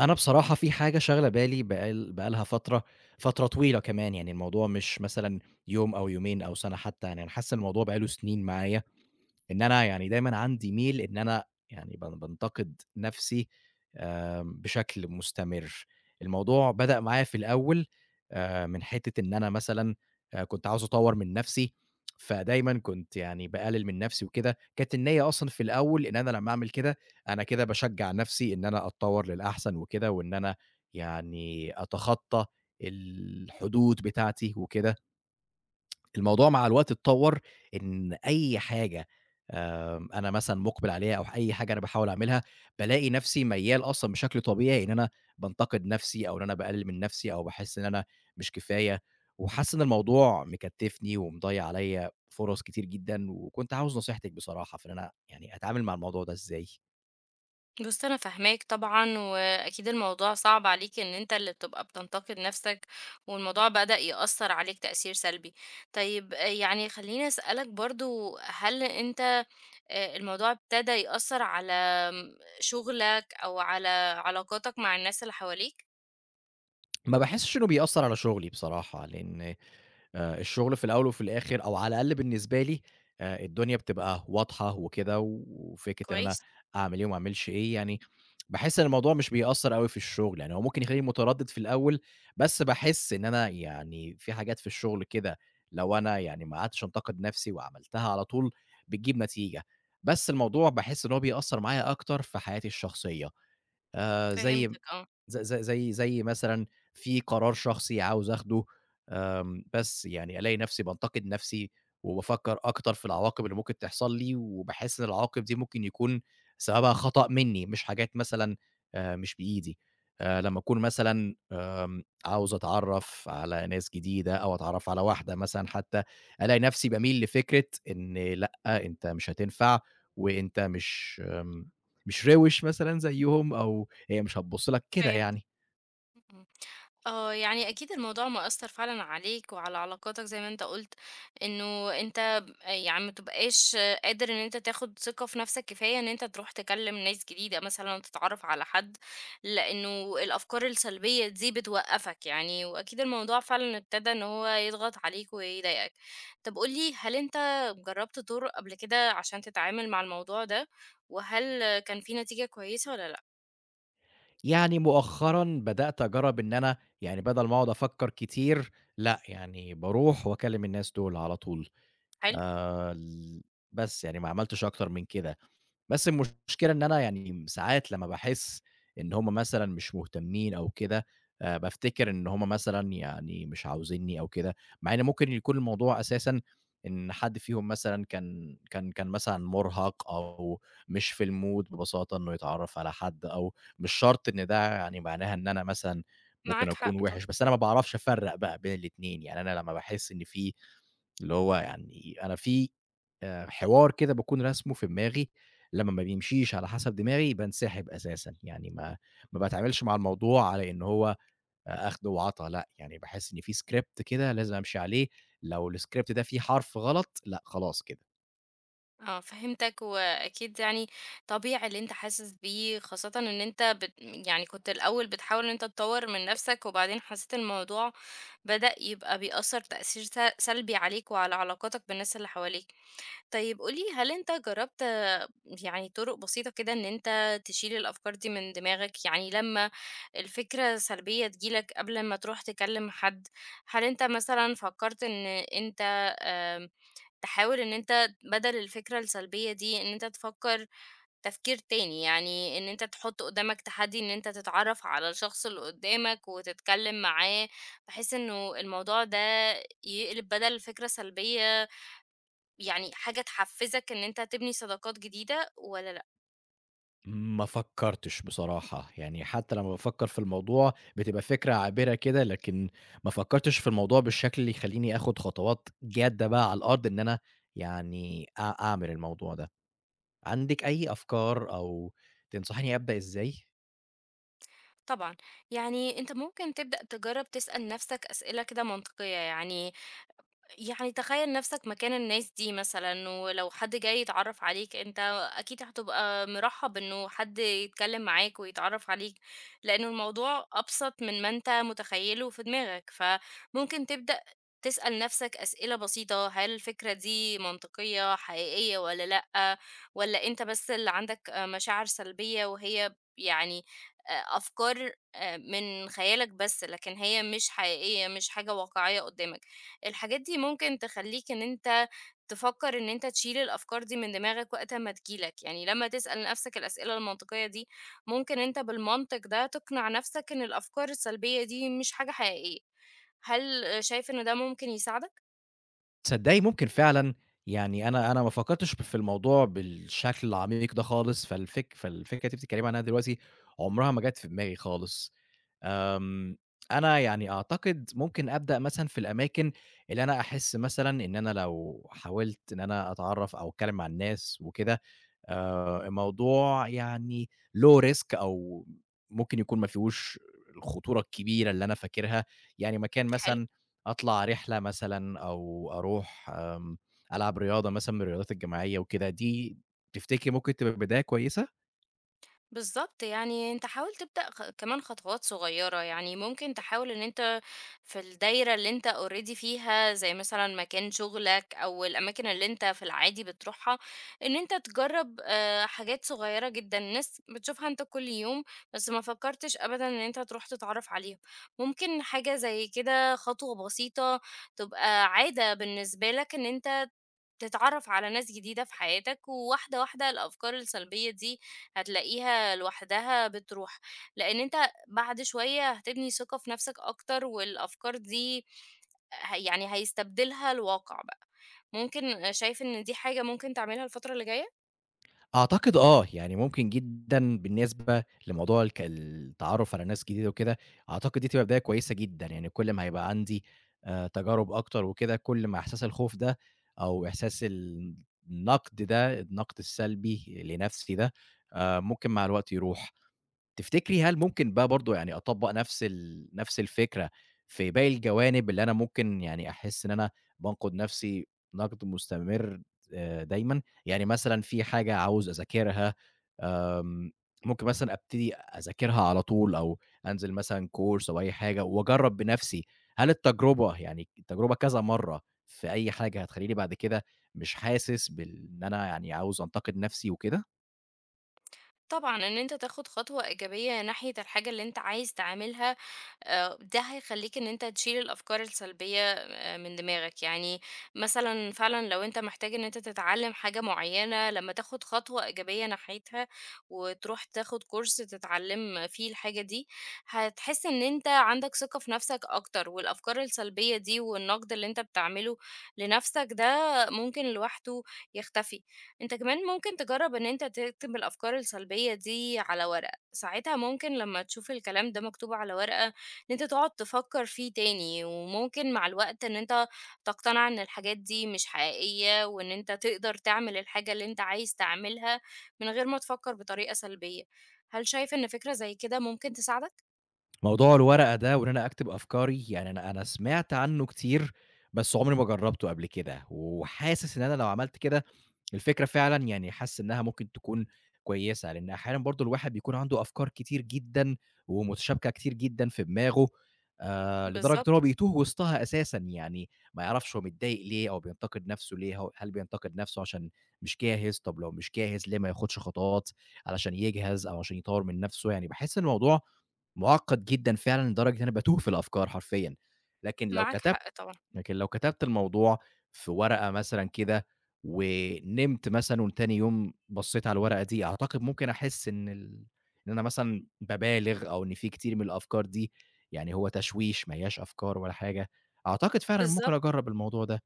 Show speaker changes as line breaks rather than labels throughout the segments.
أنا بصراحة في حاجة شاغلة بالي بقى لها فترة، فترة طويلة كمان، يعني الموضوع مش مثلًا يوم أو يومين أو سَنة حتى، يعني أنا حاسس إن الموضوع بقى له سنين معايا، إن أنا يعني دايمًا عندي ميل إن أنا يعني بانتقد نَفْسي بشكل مستمر. الموضوع بدأ معايا في الأول من حتّة إن أنا مثلًا كنت عاوز أطوّر من نَفْسي، فدايمًا كنت يعني باقلل من نَفْسي وكده، كانت النيّة أصلًا في الأول إن أنا لمّا أعمل كده، أنا كده باشجّع نَفْسي إن أنا أتطوّر للأحسن وكده وإن أنا يعني أتخطّى الحدود بتاعتي وكده. الموضوع مع الوقت اتطور إن أي حاجة أنا مثلًا مُقبل عليها أو أي حاجة أنا باحاول أعملها، بالاقي نفسي ميّال أصلًا بشكل طبيعي إن أنا بانتقد نفسي أو إن أنا باقلل من نفسي أو باحس إن أنا مش كفاية، وحاسس إن الموضوع مكتّفني ومضيّع عليّا فرص كتير جدًا، وكنت عاوز نصيحتِك بصراحة في إن أنا يعني أتعامل مع الموضوع ده إزاي؟
بُص أنا فاهماك طبعًا، وأكيد الموضوع صعب عليك إن أنت اللي بتبقى بتنتقد نَفْسك، والموضوع بدأ يأثّر عليك تأثير سلبي. طيب آه، يعني خلّيني أسألك برضه هل أنت الموضوع ابتدى يأثّر على شُغلك أو على علاقاتك مع الناس اللي حواليك؟
ما باحسش إنه بيأثّر على شغلي بصراحة، لإن الشغل في الأول وفي الآخر أو على الأقل بالنسبة لي الدنيا بتبقى واضحة وكده، وفكرة إن أنا
كويس.
أعمل إيه وما أعملش إيه، يعني باحس إن الموضوع مش بيأثّر أوي في الشغل، يعني هو ممكن يخلّيني متردد في الأول، بس باحس إن أنا يعني في حاجات في الشغل كده لو أنا يعني ما قعدتش أنتقد نَفْسي وعملتها على طول بتجيب نتيجة، بس الموضوع باحس إن هو بيأثّر معايا أكتر في حياتي الشخصية، زي
فهمتك آه.
ز ز زي زي مثلًا في قرار شخصي عاوز آخده، بس يعني ألاقي نفسي بانتقد نفسي، وبافكّر أكتر في العواقب اللي ممكن تحصل لي، وباحس إن العواقب دي ممكن يكون سببها خطأ منّي، مش حاجات مثلًا مش بإيدي. لمّا أكون مثلًا عاوز أتعرّف على ناس جديدة أو أتعرّف على واحدة مثلًا حتى، ألاقي نفسي باميل لفكرة إن لأ، أنت مش هتنفع، وأنت مش مش روِش مثلًا زيّهم أو هي مش هتبُص لك كده
فهمت.
يعني.
إمم. آه، يعني أكيد الموضوع مأثّر فعلًا عليك وعلى علاقاتك زي ما أنت قُلت، إنه أنت يعني ما بتبقاش قادر إن أنت تاخُد ثقة في نَفْسك كفاية إن أنت تروح تكلّم ناس جديدة مثلًا وتتعرّف على حد، لإنه الأفكار السلبية دي بتوقّفك يعني، وأكيد الموضوع فعلًا ابتدى إن هو يضغط عليك ويضايقك. طَب قُل لي هل أنت جرّبت طُرق قبل كده عشان تتعامل مع الموضوع ده، وهل كان في نتيجة كويسة والّا لأ؟
يعني مؤخرًا بدأت أجرّب إن أنا يعني بدل ما أقعد أفكّر كتير، لأ، يعني باروح وأكلّم الناس دول على طول.
حلو.
ال بس، يعني ما عملتش أكتر من كده. بس المشكلة إن أنا يعني ساعات لمّا باحس إن هُم مثلًا مش مهتمين أو كده، بافتكر إن هُم مثلًا يعني مش عاوزينّي أو كده، مع إن ممكن يكون الموضوع أساسًا إن حد فيهم مثلًا كان مثلًا مُرهَق أو مش في الmood ببساطة إنه يتعرّف على حد أو مش شرط إن ده يعني معناها إن أنا مثلًا ممكن
معاك
أكون
حق طبعًا.
وِحِش، بس أنا ما باعرفش أفرّق بقى بين الاتنين، يعني أنا لمّا باحس إن في اللي هو يعني أنا في حوار كده باكون راسمه في دماغي لمّا ما بيمشيش على حسب دماغي بانسحب أساسًا، يعني ما باتعاملش مع الموضوع على إن هو أخد وعطا لأ، يعني باحس إن في script كده لازم أمشي عليه، لو الscript ده فيه حرف غلط لأ، خلاص كده.
آه، فهمتك وأكيد يعني طبيعي اللي أنت حاسس بيه خاصة إن أنت يعني كنت الأول بتحاول إن أنت تطور من نفسك وبعدين حسيت الموضوع بدأ يبقى بيأثر تأثير سلبي عليك وعلى علاقاتك بالناس اللي حواليك. طيب قولي هل أنت جربت يعني طرق بسيطة كده إن أنت تشيل الأفكار دي من دماغك يعني لما الفكرة سلبية تجيلك قبل ما تروح تكلم حد. هل أنت مثلا فكرت إن أنت تحاول إن أنت بدل الفكرة السلبية دي إن أنت تفكر تفكير تاني، يعني إن أنت تحط قدامك تحدي إن أنت تتعرف على الشخص اللي قدامك وتتكلم معاه، بحيث إنه الموضوع ده يقلب بدل الفكرة سلبية يعني حاجة تحفزك إن أنت تبني صداقات جديدة ولا لأ؟
ما فكّرتش بصراحة، يعني حتى لمّا بافكّر في الموضوع بتبقى فكرة عابرة كده، لكن ما فكّرتش في الموضوع بالشكل اللي يخلّيني آخد خطوات جادة بقى على الأرض إن أنا يعني أعمل الموضوع ده. عندِك أي أفكار أو تنصحيني أبدأ إزاي؟
طبعا، يعني أنت ممكن تبدأ تجرب تسأل نفسك أسئلة كده منطقية، يعني يعني تخيل نفسك مكان الناس دي مثلًا، ولو حد جاي يتعرّف عليك أنت أكيد هتبقى مرحّب إنه حد يتكلّم معاك ويتعرّف عليك، لإنه الموضوع أبسط من ما أنت متخيّله في دماغك، فممكن تبدأ تسأل نفسك أسئلة بسيطة، هل الفكرة دي منطقية، حقيقية والّا لأ، والّا أنت بس اللي عندك مشاعر سلبية وهي يعني أفكار من خيالك بس، لكن هي مش حقيقية، مش حاجة واقعية قدّامك. الحاجات دي ممكن تخلّيك إن أنت تفكّر إن أنت تشيل الأفكار دي من دماغك وقت أمّا تيجي لك، يعني لمّا تسأل نَفْسك الأسئلة المنطقية دي، ممكن أنت بالمنطق ده تقنع نَفْسك إن الأفكار السلبية دي مش حاجة حقيقية. هل شايف إن ده ممكن يساعدك؟
تصدّقي ممكن فعلًا، يعني أنا ما فكّرتش في الموضوع بالشكل العميق ده خالص، فالفكرة اللي أنتِ بتتكلّمي عنها دلوقتي عمرها ما جات في دماغي خالص. آمم، أنا يعني أعتقد ممكن أبدأ مثلًا في الأماكن اللي أنا أحس مثلًا إن أنا لو حاولت إن أنا أتعرّف أو أتكلّم مع الناس وكده، الموضوع يعني low risk أو ممكن يكون ما فيهوش الخطورة الكبيرة اللي أنا فاكرها، يعني مكان
حلو.
مثلًا أطلع رحلة مثلًا أو أروح ألعب رياضة مثلًا من الرياضات الجماعية وكده، دي تفتكري ممكن تبقى بداية كويسة؟
بالضبط، يعني أنت حاول تبدأ كمان خطوات صغيّرة، يعني ممكن تحاول إن أنت في الدايرة اللي أنت already فيها زي مثلًا مكان شغلك أو الأماكن اللي أنت في العادي بتروحها، إن أنت تجرّب حاجات صغيّرة جدًا الناس بتشوفها أنت كل يوم، بس ما فكّرتش أبدًا إن أنت تروح تتعرّف عليهم. ممكن حاجة زي كده خطوة بسيطة تبقى عادة بالنسبة لك إن أنت تتعرف على ناس جديدة في حياتك، وواحدة واحدة الأفكار السلبية دي هتلاقيها لوحدها بتروح، لأن أنت بعد شوية هتبني ثقة في نفسك أكتر، والأفكار دي يعني هيستبدلها الواقع بقى. ممكن شايف إن دي حاجة ممكن تعملها الفترة اللي جاية؟
أعتقد آه، يعني ممكن جدًا بالنسبة لموضوع التعرّف على ناس جديدة وكده، أعتقد دي تبقى بداية كويسة جدًا، يعني كل ما هيبقى عندي تجارب أكتر وكده، كل ما إحساس الخوف ده أو إحساس النقد ده، النقد السلبي لنفسي ده، ممكن مع الوقت يروح. تفتكري هل ممكن بقى برضه يعني أطبّق نفس الفكرة في باقي الجوانب اللي أنا ممكن يعني أحس إن أنا بانقد نفسي نقد مستمر دايمًا؟ يعني مثلًا في حاجة عاوز أذاكرها، آمم، ممكن مثلًا أبتدي أذاكرها على طول أو أنزل مثلًا course أو أي حاجة وأجرّب بنفسي، هل التجربة يعني التجربة كذا مرّة في أي حاجة هتخلّيني بعد كده مش حاسس بال إن أنا يعني عاوز أنتقد نفسي وكده؟
طبعًا، إن أنت تاخد خطوة إيجابية ناحية الحاجة اللي أنت عايز تعملها، ده هيخلّيك إن أنت تشيل الأفكار السلبية من دماغك، يعني مثلًا فعلًا لو أنت محتاج إن أنت تتعلم حاجة معينة، لمّا تاخد خطوة إيجابية ناحيتها وتروح تاخد كورس تتعلم فيه الحاجة دي، هتحس إن أنت عندك ثقة في نفسك أكتر، والأفكار السلبية دي والنقد اللي أنت بتعمله لنفسك ده ممكن لوحده يختفي. أنت كمان ممكن تجرب إن أنت تكتب الأفكار السلبية دي على ورقة، ساعتها ممكن لما تشوف الكلام ده مكتوب على ورقة إن أنت تقعد تفكر فيه تاني، وممكن مع الوقت إن أنت تقتنع إن الحاجات دي مش حقيقية وإن أنت تقدر تعمل الحاجة اللي أنت عايز تعملها من غير ما تفكر بطريقة سلبية. هل شايف إن فكرة زي كده ممكن تساعدك؟
موضوع الورقة ده وإن أنا أكتب أفكاري، يعني أنا سمعت عنّه كتير، بس عمري ما جرّبته قبل كده، وحاسس إن أنا لو عملت كده الفكرة فعلًا يعني حاسس إنها ممكن تكون كويسة، لإن أحيانًا برضه الواحد بيكون عنده أفكار كتير جدًا ومتشابكة كتير جدًا في دماغه، لدرجة إن هو
بالظبط.
بيتوه وسطها أساسًا، يعني ما يعرفش هو متضايق ليه أو بينتقد نَفْسه ليه، هل بينتقد نَفْسه عشان مش جاهز، طب لو مش جاهز ليه ما ياخدش خطوات علشان يجهز أو عشان يطوّر من نَفْسه، يعني باحس إن الموضوع مُعقّد جدًا فعلًا لدرجة إن أنا باتوه في الأفكار حرفيًا، لكن لو
معاك
كتبت
حق طبعا.
لكن لو كتبت الموضوع في ورقة مثلًا كده، ونمت مثلًا وتاني يوم بصيت على الورقة دي، أعتقد ممكن أحس إن ال إن أنا مثلًا بابالغ أو إن في كتير من الأفكار دي يعني هو تشويش ما هياش أفكار ولا حاجة، أعتقد فعلًا ممكن
بالظبط.
أجرّب الموضوع ده،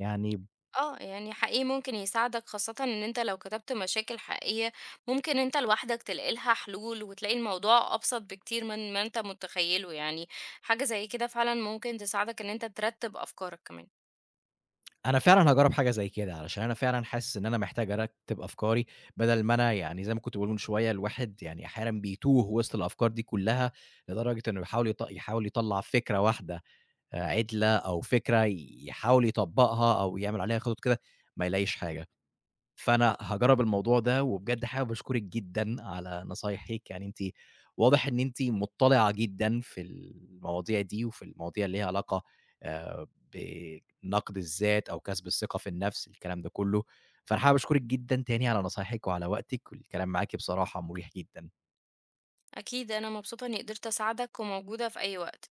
يعني
آه، يعني حقيقي ممكن يساعدك خاصة إن أنت لو كتبت مشاكل حقيقية ممكن أنت لوحدك تلاقي لها حلول وتلاقي الموضوع أبسط بكتير من ما أنت متخيله، يعني حاجة زي كده فعلا ممكن تساعدك إن أنت ترتب أفكارك كمان.
أنا فعلًا هاجرّب حاجة زي كده، علشان أنا فعلًا حاسس إن أنا محتاج أرتّب أفكاري، بدل ما أنا يعني زي ما كنت باقول من شوية الواحد يعني أحيانًا بيتوه وسط الأفكار دي كلّها، لدرجة إنه يحاول يطلّع فكرة واحدة. عِدلة أو فكرة يحاول يطبّقها أو يعمل عليها خطط كده، ما يلاقيش حاجة. فأنا هاجرّب الموضوع ده، وبجد حابب أشكرِك جدًا على نصايحِك، يعني أنتِ واضح إن أنتِ مُطّلِعة جدًا في المواضيع دي، وفي المواضيع اللي ليها علاقة آآ بنقد الذات أو كسب الثقة في النفس، الكلام ده كُلّه. فأنا حابب أشكرِك جدًا تاني على نصايحِك وعلى وقتِك، والكلام معاكِ بصراحة مُريح جدًا.
أكيد أنا مبسوطة إني قدرت أساعدك وموجودة في أي وقت.